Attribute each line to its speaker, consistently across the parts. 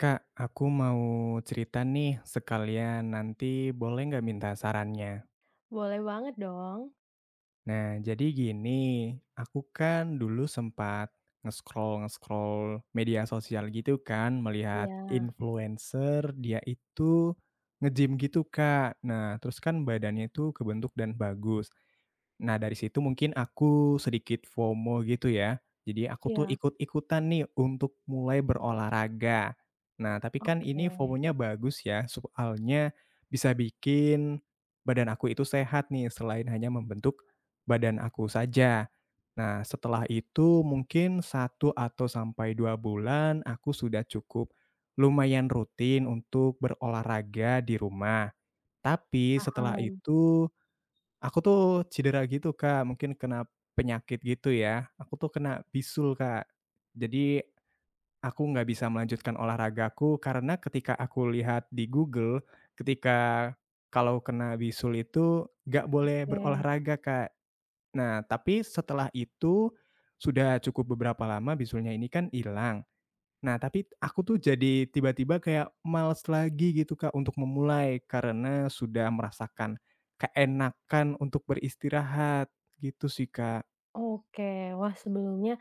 Speaker 1: Kak, aku mau cerita nih sekalian nanti boleh nggak minta sarannya?
Speaker 2: Boleh banget dong.
Speaker 1: Nah, jadi gini, aku kan dulu sempat nge-scroll media sosial gitu kan, melihat
Speaker 2: Iya.
Speaker 1: influencer dia itu nge-gym gitu Kak. Nah, terus kan badannya itu kebentuk dan bagus. Nah, dari situ mungkin aku sedikit FOMO gitu ya. Jadi aku tuh
Speaker 2: Iya,
Speaker 1: ikut-ikutan nih untuk mulai berolahraga. Nah, tapi kan
Speaker 2: oke,
Speaker 1: ini FOMO-nya bagus ya, soalnya bisa bikin badan aku itu sehat nih selain hanya membentuk badan aku saja. Nah, setelah itu mungkin satu atau sampai 2 bulan aku sudah cukup lumayan rutin untuk berolahraga di rumah. Tapi setelah
Speaker 2: paham,
Speaker 1: itu aku tuh cedera gitu, Kak, mungkin kena penyakit gitu ya. Aku tuh kena bisul, Kak. Jadi aku nggak bisa melanjutkan olahragaku karena ketika aku lihat di Google, ketika kalau kena bisul itu nggak boleh
Speaker 2: oke.
Speaker 1: berolahraga, Kak. Nah, tapi setelah itu sudah cukup beberapa lama bisulnya ini kan hilang. Nah, tapi aku tuh jadi tiba-tiba kayak males lagi gitu, Kak, untuk memulai karena sudah merasakan keenakan untuk beristirahat, gitu sih, Kak.
Speaker 2: Oke, wah sebelumnya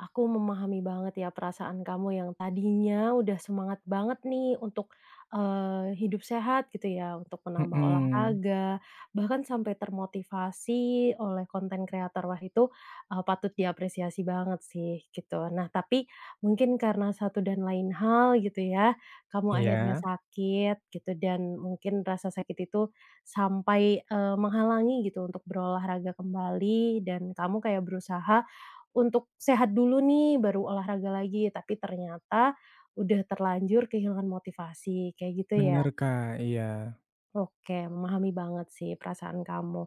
Speaker 2: aku memahami banget ya perasaan kamu yang tadinya udah semangat banget nih untuk, hidup sehat gitu ya, untuk menambah
Speaker 1: Mhm.
Speaker 2: olahraga, bahkan sampai termotivasi oleh konten kreator. Wah itu, patut diapresiasi banget sih gitu. Nah tapi mungkin karena satu dan lain hal gitu ya, kamu akhirnya
Speaker 1: Iya,
Speaker 2: sakit gitu dan mungkin rasa sakit itu sampai, menghalangi gitu untuk berolahraga kembali dan kamu kayak berusaha untuk sehat dulu nih baru olahraga lagi, tapi ternyata udah terlanjur kehilangan motivasi, kayak gitu ya?
Speaker 1: bener, Kak, iya.
Speaker 2: Oke, memahami banget sih perasaan kamu.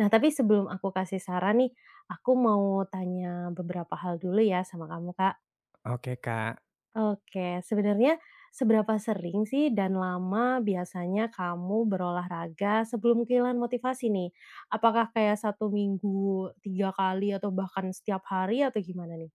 Speaker 2: Nah, tapi sebelum aku kasih saran nih, aku mau tanya beberapa hal dulu ya sama kamu, Kak.
Speaker 1: Oke, Kak.
Speaker 2: Oke, sebenarnya seberapa sering sih dan lama biasanya kamu berolahraga sebelum kehilangan motivasi nih? Apakah kayak satu minggu 3 kali atau bahkan setiap hari atau gimana nih?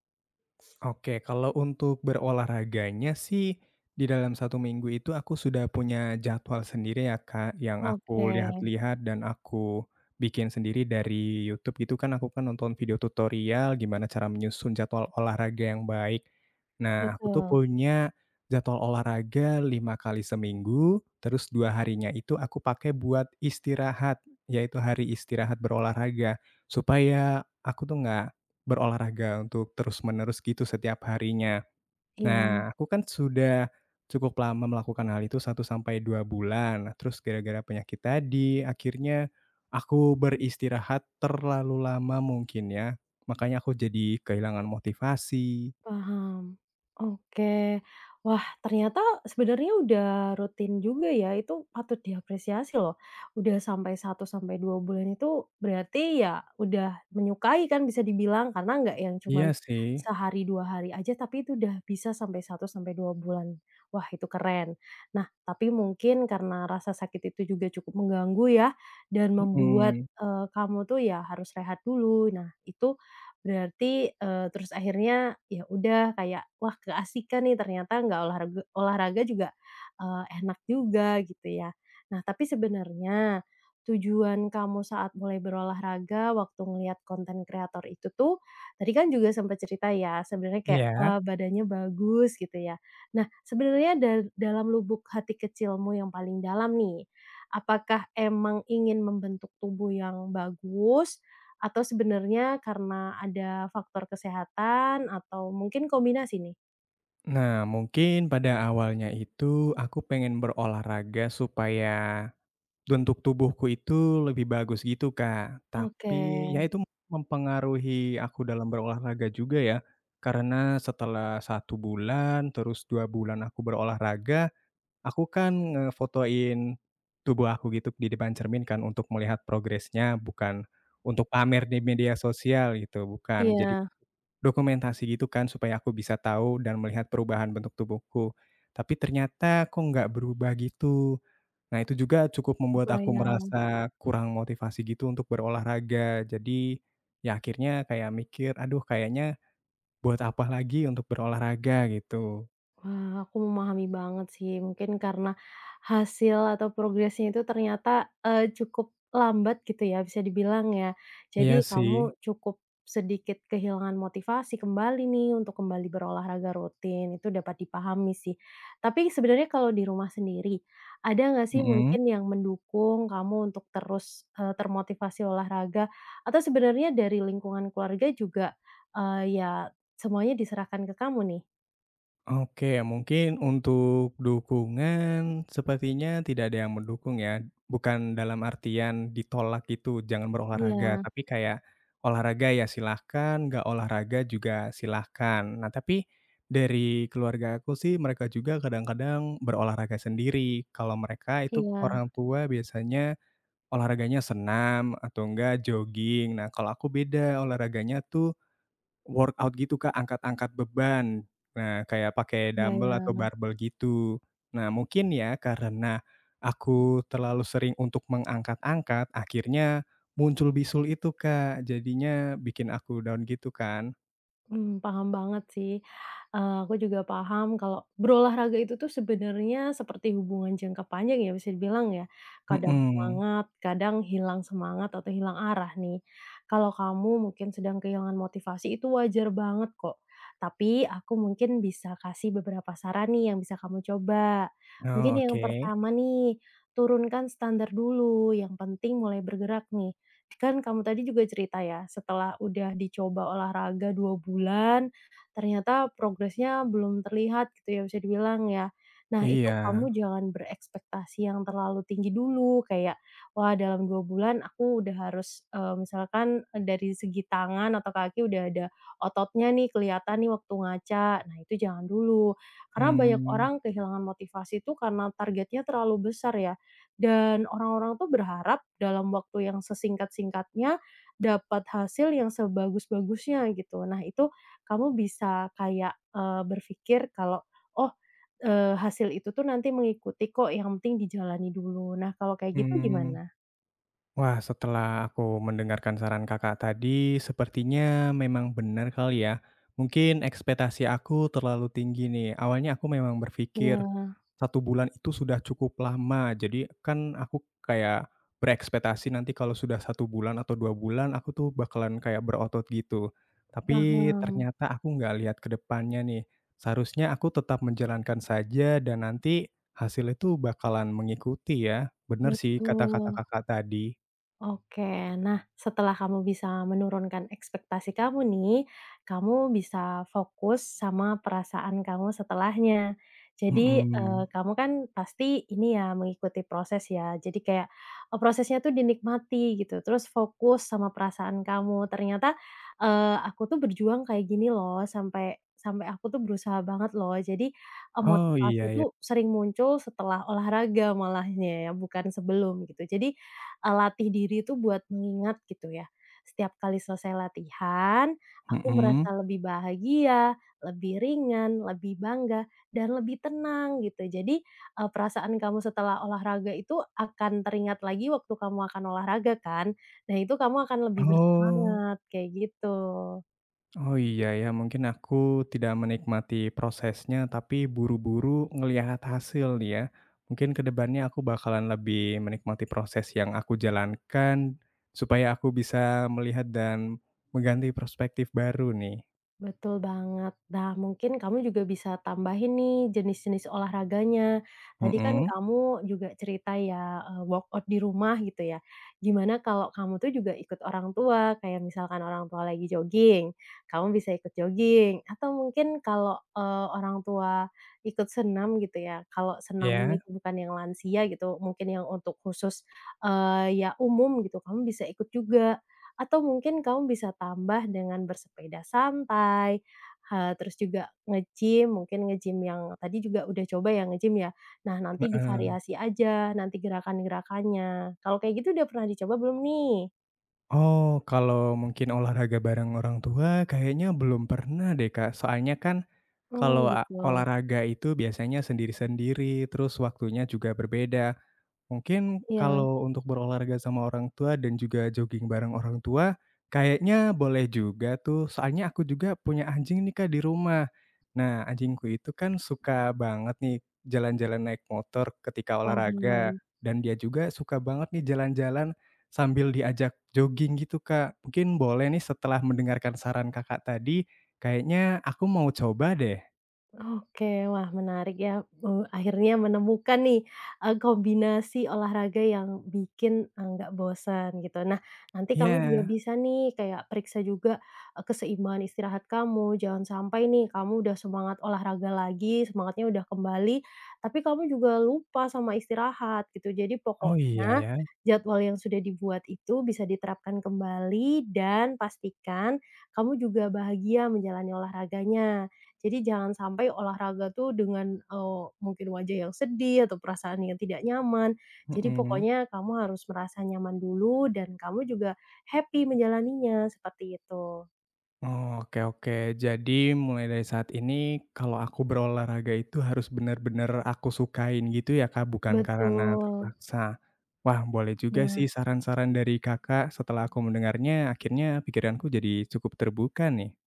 Speaker 1: Oke, kalau untuk berolahraganya sih, di dalam satu minggu itu aku sudah punya jadwal sendiri ya, Kak, yang
Speaker 2: Oke,
Speaker 1: aku lihat-lihat dan aku bikin sendiri dari YouTube gitu kan, aku kan nonton video tutorial gimana cara menyusun jadwal olahraga yang baik. Nah, aku tuh
Speaker 2: betul,
Speaker 1: punya jadwal olahraga 5 kali seminggu, terus 2 harinya itu aku pakai buat istirahat, yaitu hari istirahat berolahraga, supaya aku tuh nggak berolahraga untuk terus-menerus gitu setiap harinya.
Speaker 2: iya.
Speaker 1: Nah, aku kan sudah cukup lama melakukan hal itu satu sampai 2 bulan. Nah, terus gara-gara penyakit tadi, akhirnya aku beristirahat terlalu lama mungkin ya, makanya aku jadi kehilangan motivasi.
Speaker 2: Paham. Oke. Wah, ternyata sebenarnya udah rutin juga ya, itu patut diapresiasi loh. Udah sampai satu sampai 2 bulan itu berarti ya udah menyukai kan bisa dibilang, karena nggak yang
Speaker 1: Iya
Speaker 2: cuman
Speaker 1: sih,
Speaker 2: sehari, 2 hari aja, tapi itu udah bisa sampai satu sampai 2 bulan. Wah, itu keren. Nah, tapi mungkin karena rasa sakit itu juga cukup mengganggu ya, dan membuat,
Speaker 1: mhm,
Speaker 2: kamu tuh ya harus rehat dulu. Nah, itu berarti, terus akhirnya ya udah kayak, wah keasikan nih ternyata nggak olahraga olahraga juga, enak juga gitu ya. Nah tapi sebenarnya tujuan kamu saat mulai berolahraga waktu ngelihat konten kreator itu tuh, tadi kan juga sempat cerita ya sebenarnya kayak, wah
Speaker 1: iya.
Speaker 2: badannya bagus gitu ya. Nah sebenarnya dalam lubuk hati kecilmu yang paling dalam nih, apakah emang ingin membentuk tubuh yang bagus atau sebenarnya karena ada faktor kesehatan atau mungkin kombinasi nih?
Speaker 1: Nah, mungkin pada awalnya itu aku pengen berolahraga supaya bentuk tubuhku itu lebih bagus gitu, Kak.
Speaker 2: Oke.
Speaker 1: Tapi ya itu mempengaruhi aku dalam berolahraga juga ya. Karena setelah satu bulan, terus 2 bulan aku berolahraga, aku kan ngefotoin tubuh aku gitu di depan cermin kan untuk melihat progresnya, bukan untuk pamer di media sosial gitu, bukan. Jadi
Speaker 2: Iya,
Speaker 1: dokumentasi gitu kan supaya aku bisa tahu dan melihat perubahan bentuk tubuhku. Tapi ternyata kok nggak berubah gitu. Nah, itu juga cukup membuat aku
Speaker 2: kebayang.
Speaker 1: merasa kurang motivasi gitu untuk berolahraga. Jadi, ya akhirnya kayak mikir, "Aduh kayaknya buat apa lagi untuk berolahraga?" Gitu.
Speaker 2: Wah, aku memahami banget sih. Mungkin karena hasil atau progresnya itu ternyata, cukup lambat gitu ya, bisa dibilang ya. Jadi
Speaker 1: Iya sih,
Speaker 2: kamu cukup sedikit kehilangan motivasi kembali nih untuk kembali berolahraga rutin, itu dapat dipahami sih. Tapi sebenarnya kalau di rumah sendiri, ada nggak sih
Speaker 1: mhm.
Speaker 2: mungkin yang mendukung kamu untuk terus, termotivasi olahraga? Atau sebenarnya dari lingkungan keluarga juga, ya semuanya diserahkan ke kamu nih?
Speaker 1: Oke, mungkin untuk dukungan sepertinya tidak ada yang mendukung ya. Bukan dalam artian ditolak itu jangan berolahraga,
Speaker 2: Iya.
Speaker 1: tapi kayak olahraga ya silahkan, nggak olahraga juga silahkan. Nah, tapi dari keluarga aku sih mereka juga kadang-kadang berolahraga sendiri. Kalau mereka itu
Speaker 2: Iya,
Speaker 1: orang tua biasanya olahraganya senam atau enggak jogging. Nah, kalau aku beda olahraganya tuh workout gitu, Kak, angkat-angkat beban. Nah, kayak pakai dumbbell atau
Speaker 2: kebayang.
Speaker 1: barbel gitu. Nah, mungkin ya karena aku terlalu sering untuk mengangkat-angkat, akhirnya muncul bisul itu, Kak, jadinya bikin aku down gitu kan.
Speaker 2: Mmm, paham banget sih. Aku juga paham kalau berolahraga itu tuh sebenarnya seperti hubungan jangka panjang ya bisa dibilang ya. Kadang
Speaker 1: Mhm.
Speaker 2: semangat, kadang hilang semangat atau hilang arah nih. Kalau kamu mungkin sedang kehilangan motivasi itu wajar banget kok. Tapi aku mungkin bisa kasih beberapa saran nih yang bisa kamu coba. Mungkin
Speaker 1: Oh,
Speaker 2: yang
Speaker 1: oke.
Speaker 2: pertama nih, turunkan standar dulu, yang penting mulai bergerak nih. Kan kamu tadi juga cerita ya, setelah udah dicoba olahraga 2 bulan, ternyata progresnya belum terlihat gitu ya, bisa dibilang ya. Nah, itu
Speaker 1: Iya.
Speaker 2: kamu jangan berekspektasi yang terlalu tinggi dulu, kayak, "Wah, dalam 2 bulan aku udah harus," misalkan dari segi tangan atau kaki udah ada ototnya nih, kelihatan nih waktu ngaca. Nah, itu jangan dulu. Karena banyak
Speaker 1: Mmm,
Speaker 2: orang kehilangan motivasi itu karena targetnya terlalu besar ya. Dan orang-orang tuh berharap dalam waktu yang sesingkat-singkatnya dapat hasil yang sebagus-bagusnya gitu. Nah itu kamu bisa kayak, berpikir kalau, "Oh, hasil itu tuh nanti mengikuti kok, yang penting dijalani dulu." Nah kalau kayak gitu
Speaker 1: mmm.
Speaker 2: gimana?
Speaker 1: Wah, setelah aku mendengarkan saran Kakak tadi, sepertinya memang benar kali ya. Mungkin ekspektasi aku terlalu tinggi nih. Awalnya aku memang berpikir
Speaker 2: Iya,
Speaker 1: satu bulan itu sudah cukup lama. Jadi kan aku kayak berekspektasi nanti kalau sudah satu bulan atau 2 bulan aku tuh bakalan kayak berotot gitu. Tapi
Speaker 2: paham,
Speaker 1: ternyata aku nggak lihat ke depannya nih. Seharusnya aku tetap menjalankan saja dan nanti hasil itu bakalan mengikuti ya. Bener sih kata-kata
Speaker 2: betul.
Speaker 1: Kakak tadi.
Speaker 2: Oke, nah setelah kamu bisa menurunkan ekspektasi kamu nih, kamu bisa fokus sama perasaan kamu setelahnya. Jadi,
Speaker 1: Mhm.
Speaker 2: kamu kan pasti ini ya mengikuti proses ya, jadi kayak, prosesnya tuh dinikmati gitu, terus fokus sama perasaan kamu, ternyata, aku tuh berjuang kayak gini loh, sampai sampai aku tuh berusaha banget loh. Jadi,
Speaker 1: Oh
Speaker 2: motivasi
Speaker 1: iya
Speaker 2: itu
Speaker 1: ya.
Speaker 2: sering muncul setelah olahraga malahnya ya, bukan sebelum gitu. Jadi, latih diri itu buat mengingat gitu ya. Setiap kali selesai latihan, aku
Speaker 1: Mhm.
Speaker 2: merasa lebih bahagia, lebih ringan, lebih bangga, dan lebih tenang gitu. Jadi, perasaan kamu setelah olahraga itu akan teringat lagi waktu kamu akan olahraga kan. Nah itu kamu akan lebih
Speaker 1: Oh.
Speaker 2: bersemangat, kayak gitu.
Speaker 1: Oh iya ya, mungkin aku tidak menikmati prosesnya, tapi buru-buru ngelihat hasil nih ya. Mungkin kedepannya aku bakalan lebih menikmati proses yang aku jalankan, supaya aku bisa melihat dan mengganti perspektif baru nih.
Speaker 2: Betul banget. Nah, mungkin kamu juga bisa tambahin nih jenis-jenis olahraganya. Tadi kan
Speaker 1: Mhm,
Speaker 2: kamu juga cerita ya, workout di rumah gitu ya. Gimana kalau kamu tuh juga ikut orang tua, kayak misalkan orang tua lagi jogging, kamu bisa ikut jogging, atau mungkin kalau, orang tua ikut senam gitu ya, kalau
Speaker 1: iya,
Speaker 2: senamnya itu bukan yang lansia gitu, mungkin yang untuk khusus, ya umum gitu, kamu bisa ikut juga. Atau mungkin kamu bisa tambah dengan bersepeda santai, terus juga nge-gym, mungkin nge-gym yang tadi juga udah coba ya nge-gym ya? Nah, nanti
Speaker 1: heeh.
Speaker 2: divariasi aja nanti gerakan-gerakannya. Kalau kayak gitu udah pernah dicoba belum nih?
Speaker 1: Oh, kalau mungkin olahraga bareng orang tua kayaknya belum pernah deh Kak, soalnya kan
Speaker 2: Oh
Speaker 1: kalau a
Speaker 2: gitu.
Speaker 1: olahraga itu biasanya sendiri-sendiri, terus waktunya juga berbeda. Mungkin
Speaker 2: Iya,
Speaker 1: kalau untuk berolahraga sama orang tua dan juga jogging bareng orang tua, kayaknya boleh juga tuh. Soalnya aku juga punya anjing nih Kak di rumah. Nah, anjingku itu kan suka banget nih jalan-jalan naik motor ketika olahraga,
Speaker 2: paham.
Speaker 1: dan dia juga suka banget nih jalan-jalan sambil diajak jogging gitu Kak. Mungkin boleh nih setelah mendengarkan saran Kakak tadi, kayaknya aku mau coba deh.
Speaker 2: Oke, wah menarik ya, akhirnya menemukan nih, kombinasi olahraga yang bikin, nggak bosan gitu. Nah, nanti kamu juga
Speaker 1: Iya.
Speaker 2: bisa nih kayak periksa juga, keseimbangan istirahat kamu, jangan sampai nih kamu udah semangat olahraga lagi, semangatnya udah kembali, tapi kamu juga lupa sama istirahat gitu. Jadi
Speaker 1: Oh iya
Speaker 2: pokoknya
Speaker 1: ya,
Speaker 2: jadwal yang sudah dibuat itu bisa diterapkan kembali dan pastikan kamu juga bahagia menjalani olahraganya. Jadi jangan sampai olahraga tuh dengan, mungkin wajah yang sedih atau perasaan yang tidak nyaman. Jadi
Speaker 1: mhm.
Speaker 2: pokoknya kamu harus merasa nyaman dulu dan kamu juga happy menjalaninya, seperti itu.
Speaker 1: Oh, oke oke. Jadi mulai dari saat ini kalau aku berolahraga itu harus benar-benar aku sukain gitu ya, Kak, bukan karena
Speaker 2: Betul,
Speaker 1: terpaksa. Wah, boleh juga
Speaker 2: ya.
Speaker 1: sih saran-saran dari Kakak, setelah aku mendengarnya akhirnya pikiranku jadi cukup terbuka nih.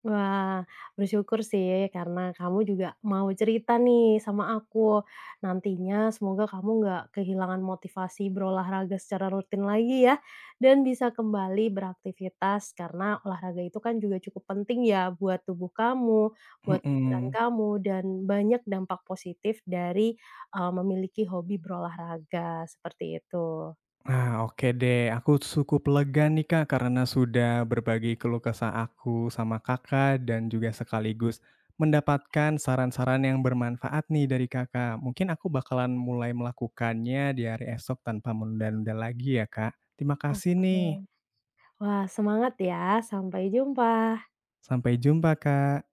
Speaker 2: Wah, bersyukur sih ya, karena kamu juga mau cerita nih sama aku. Nantinya semoga kamu nggak kehilangan motivasi berolahraga secara rutin lagi ya, dan bisa kembali beraktivitas karena olahraga itu kan juga cukup penting ya buat tubuh kamu, buat pikiran
Speaker 1: Mhm.
Speaker 2: kamu, dan banyak dampak positif dari memiliki hobi berolahraga seperti itu.
Speaker 1: Nah, oke deh. Aku cukup lega nih, Kak, karena sudah berbagi keluh kesah aku sama Kakak dan juga sekaligus mendapatkan saran-saran yang bermanfaat nih dari Kakak. Mungkin aku bakalan mulai melakukannya di hari esok tanpa menunda-nunda lagi ya, Kak. Terima kasih nih.
Speaker 2: Oke. Wah, semangat ya. Sampai jumpa.
Speaker 1: Sampai jumpa, Kak.